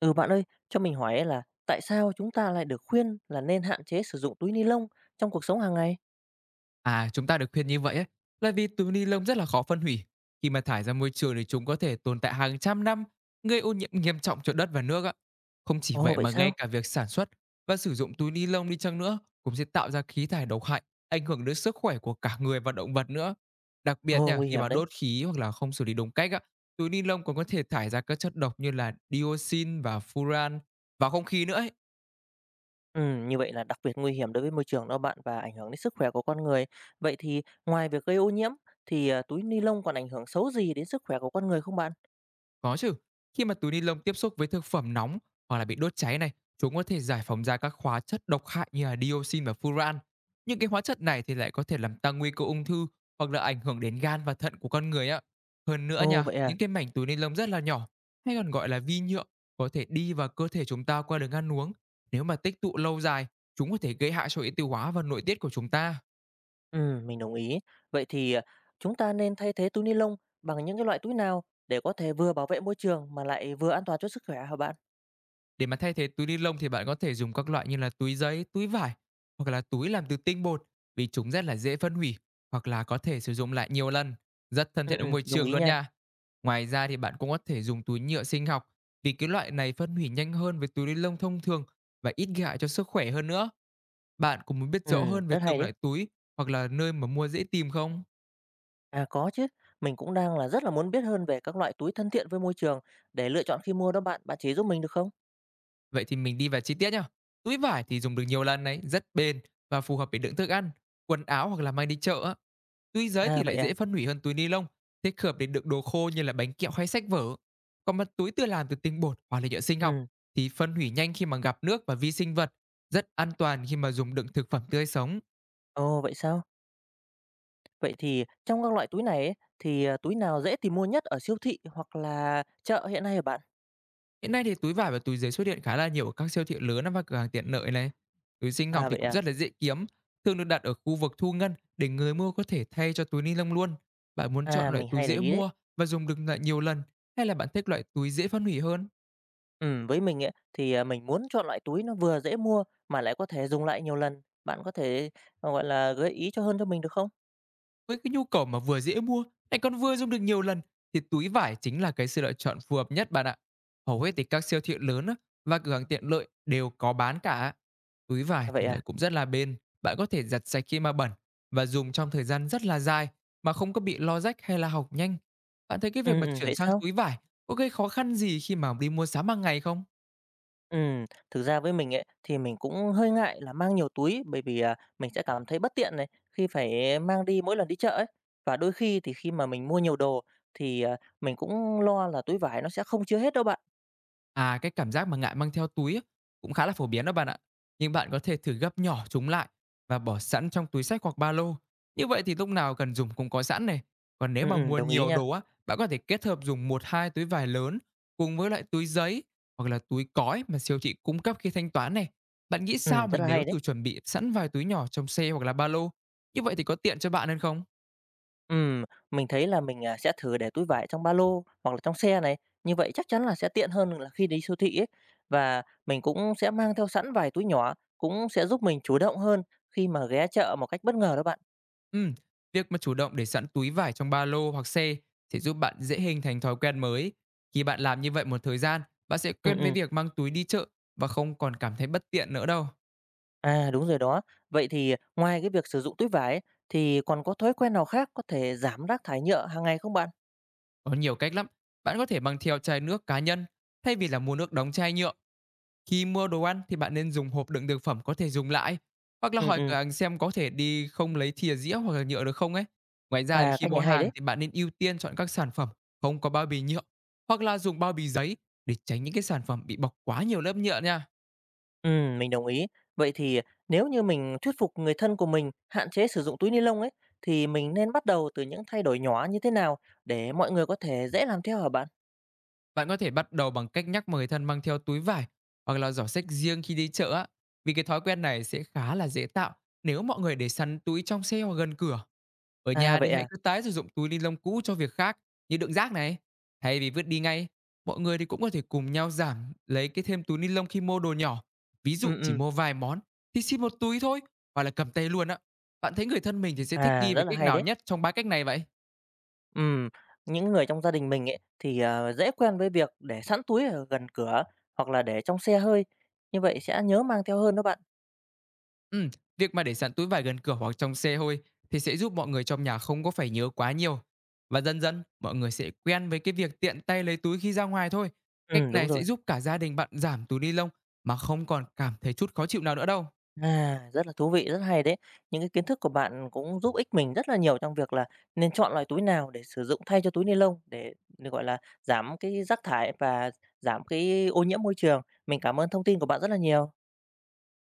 Ừ bạn ơi, cho mình hỏi ấy là tại sao chúng ta lại được khuyên là nên hạn chế sử dụng túi ni lông trong cuộc sống hàng ngày? À, chúng ta được khuyên như vậy ấy, là vì túi ni lông rất là khó phân hủy. Khi mà thải ra môi trường thì chúng có thể tồn tại hàng trăm năm, gây ô nhiễm nghiêm trọng cho đất và nước ạ. Không chỉ Ồ vậy vậy mà ngay sao? cả việc sản xuất và sử dụng túi ni lông đi chăng nữa cũng sẽ tạo ra khí thải độc hại, ảnh hưởng đến sức khỏe của cả người và động vật nữa. Đặc biệt Ồ nha, nguy khi hiểm mà đấy. đốt khí hoặc là không xử lý đúng cách á, túi ni lông còn có thể thải ra các chất độc như là dioxin và furan vào không khí nữa ấy. Ừ, như vậy là đặc biệt nguy hiểm đối với môi trường đó bạn và ảnh hưởng đến sức khỏe của con người. Vậy thì ngoài việc gây ô nhiễm thì túi ni lông còn ảnh hưởng xấu gì đến sức khỏe của con người không bạn? Có chứ, khi mà túi ni lông tiếp xúc với thực phẩm nóng hoặc là bị đốt cháy này, chúng có thể giải phóng ra các hóa chất độc hại như là dioxin và furan. Những cái hóa chất này thì lại có thể làm tăng nguy cơ ung thư hoặc là ảnh hưởng đến gan và thận của con người ạ. Hơn nữa Ồ nha, vậy à? những cái mảnh túi ni lông rất là nhỏ hay còn gọi là vi nhựa có thể đi vào cơ thể chúng ta qua đường ăn uống. Nếu mà tích tụ lâu dài, chúng có thể gây hại cho hệ tiêu hóa và nội tiết của chúng ta. Ừ, mình đồng ý. Vậy thì chúng ta nên thay thế túi ni lông bằng những cái loại túi nào để có thể vừa bảo vệ môi trường mà lại vừa an toàn cho sức khỏe hả bạn? Để mà thay thế túi ni lông thì bạn có thể dùng các loại như là túi giấy, túi vải hoặc là túi làm từ tinh bột vì chúng rất là dễ phân hủy hoặc là có thể sử dụng lại nhiều lần, rất thân Ừ, thiện ừ, với môi đồng trường ý luôn nha. nha. Ngoài ra thì bạn cũng có thể dùng túi nhựa sinh học vì cái loại này phân hủy nhanh hơn với túi ni lông thông thường và ít gây hại cho sức khỏe hơn nữa. Bạn cũng muốn biết Ừ, rõ hơn về rất hay từng đấy. loại túi hoặc là nơi mà mua dễ tìm không? À có chứ, mình cũng đang là rất là muốn biết hơn về các loại túi thân thiện với môi trường để lựa chọn khi mua đó bạn, bạn chỉ giúp mình được không? Vậy thì mình đi vào chi tiết nhá. Túi vải thì dùng được nhiều lần đấy, rất bền và phù hợp để đựng thức ăn, quần áo hoặc là mang đi chợ. Túi giấy À thì vậy lại à? dễ phân hủy hơn túi ni lông, thích hợp để đựng đồ khô như là bánh kẹo hay sách vở. Còn mặt túi tự làm từ tinh bột hoặc là nhựa sinh học Ừ, thì phân hủy nhanh khi mà gặp nước và vi sinh vật, rất an toàn khi mà dùng đựng thực phẩm tươi sống. ồ vậy sao? Vậy thì trong các loại túi này ấy, thì túi nào dễ tìm mua nhất ở siêu thị hoặc là chợ hiện nay hả bạn? Hiện nay thì túi vải và túi giấy xuất hiện khá là nhiều ở các siêu thị lớn và cửa hàng tiện lợi này. Túi sinh học À thì vậy cũng à? rất là dễ kiếm, thường được đặt ở khu vực thu ngân để người mua có thể thay cho túi ni lông luôn. Bạn muốn À chọn loại mình túi hay để dễ ý đấy. mua và dùng được lại nhiều lần hay là bạn thích loại túi dễ phân hủy hơn? Ừ, với mình ấy, thì mình muốn chọn loại túi nó vừa dễ mua mà lại có thể dùng lại nhiều lần. Bạn có thể gọi là gợi ý cho hơn cho mình được không? Với cái nhu cầu mà vừa dễ mua lại còn vừa dùng được nhiều lần thì túi vải chính là cái sự lựa chọn phù hợp nhất bạn ạ. Hầu hết thì các siêu thị lớn á, và cửa hàng tiện lợi đều có bán cả. Túi vải À, vậy thì à? lại cũng rất là bền, bạn có thể giặt sạch khi mà bẩn và dùng trong thời gian rất là dài mà không có bị lo rách hay là hỏng nhanh. Bạn thấy cái việc Ừ, mà ừ, chuyển vậy sang sao? túi vải có gây khó khăn gì khi mà đi mua sắm hàng ngày không? Ừm, thực ra với mình ấy, thì mình cũng hơi ngại là mang nhiều túi bởi vì, mình sẽ cảm thấy bất tiện này, khi phải mang đi mỗi lần đi chợ ấy. Và đôi khi thì khi mà mình mua nhiều đồ thì, mình cũng lo là túi vải nó sẽ không chứa hết đâu bạn. À, cái cảm giác mà ngại mang theo túi á, cũng khá là phổ biến đó bạn ạ. Nhưng bạn có thể thử gấp nhỏ chúng lại và bỏ sẵn trong túi xách hoặc ba lô. Như vậy thì lúc nào cần dùng cũng có sẵn này. Còn nếu mà mua Đồng ý nhiều nha. đồ á, bạn có thể kết hợp dùng một hai túi vải lớn cùng với lại túi giấy hoặc là túi cói mà siêu thị cung cấp khi thanh toán này. Bạn nghĩ sao mà Rất là nếu hay đấy. thử chuẩn bị sẵn vài túi nhỏ trong xe hoặc là ba lô? Như vậy thì có tiện cho bạn hơn không? Ừm, mình thấy là mình sẽ thử để túi vải trong ba lô hoặc là trong xe này, như vậy chắc chắn là sẽ tiện hơn là khi đi siêu thị ấy. Và mình cũng sẽ mang theo sẵn vài túi nhỏ, cũng sẽ giúp mình chủ động hơn khi mà ghé chợ một cách bất ngờ đó bạn. Ừm, việc mà chủ động để sẵn túi vải trong ba lô hoặc xe sẽ giúp bạn dễ hình thành thói quen mới. Khi bạn làm như vậy một thời gian, bạn sẽ Ừm, quen với ừm. việc mang túi đi chợ và không còn cảm thấy bất tiện nữa đâu. À, đúng rồi đó. Vậy thì ngoài cái việc sử dụng túi vải ấy, thì còn có thói quen nào khác có thể giảm rác thải nhựa hàng ngày không bạn? Có nhiều cách lắm. Bạn có thể mang theo chai nước cá nhân thay vì là mua nước đóng chai nhựa. Khi mua đồ ăn thì bạn nên dùng hộp đựng thực phẩm có thể dùng lại, hoặc là Ừ, hỏi ừ. cửa hàng xem có thể đi không lấy thìa dĩa hoặc là nhựa được không ấy. Ngoài ra thì À, khi cách mua này hay hàng đấy. thì bạn nên ưu tiên chọn các sản phẩm không có bao bì nhựa hoặc là dùng bao bì giấy để tránh những cái sản phẩm bị bọc quá nhiều lớp nhựa nha. Ừ, mình đồng ý. Vậy thì nếu như mình thuyết phục người thân của mình hạn chế sử dụng túi ni lông ấy, thì mình nên bắt đầu từ những thay đổi nhỏ như thế nào để mọi người có thể dễ làm theo hả bạn? Bạn có thể bắt đầu bằng cách nhắc người thân mang theo túi vải hoặc là giỏ sách riêng khi đi chợ á, vì cái thói quen này sẽ khá là dễ tạo nếu mọi người để sẵn túi trong xe hoặc gần cửa. Ở À, nhà vậy thì hãy à? cứ tái sử dụng túi ni lông cũ cho việc khác như đựng rác này. Thay vì vứt đi ngay, mọi người thì cũng có thể cùng nhau giảm lấy cái thêm túi ni lông khi mua đồ nhỏ. Ví Ừ, dụ chỉ ừ. mua vài món thì xin một túi thôi hoặc là cầm tay luôn á. Bạn thấy người thân mình thì sẽ thích À, nghi rất về là cách hay nào đấy. nhất trong ba cách này vậy? Ừ, những người trong gia đình mình ấy thì dễ quen với việc để sẵn túi ở gần cửa hoặc là để trong xe hơi. Như vậy sẽ nhớ mang theo hơn đó bạn. Ừm, việc mà để sẵn túi vải gần cửa hoặc trong xe thôi thì sẽ giúp mọi người trong nhà không có phải nhớ quá nhiều. Và dần dần, mọi người sẽ quen với cái việc tiện tay lấy túi khi ra ngoài thôi. Cách Ừ đúng này sẽ rồi. giúp cả gia đình bạn giảm túi ni lông mà không còn cảm thấy chút khó chịu nào nữa đâu. À, rất là thú vị, rất hay đấy. Những cái kiến thức của bạn cũng giúp ích mình rất là nhiều trong việc là nên chọn loại túi nào để sử dụng thay cho túi ni lông để gọi là, giảm cái rác thải và giảm cái ô nhiễm môi trường. Mình cảm ơn thông tin của bạn rất là nhiều.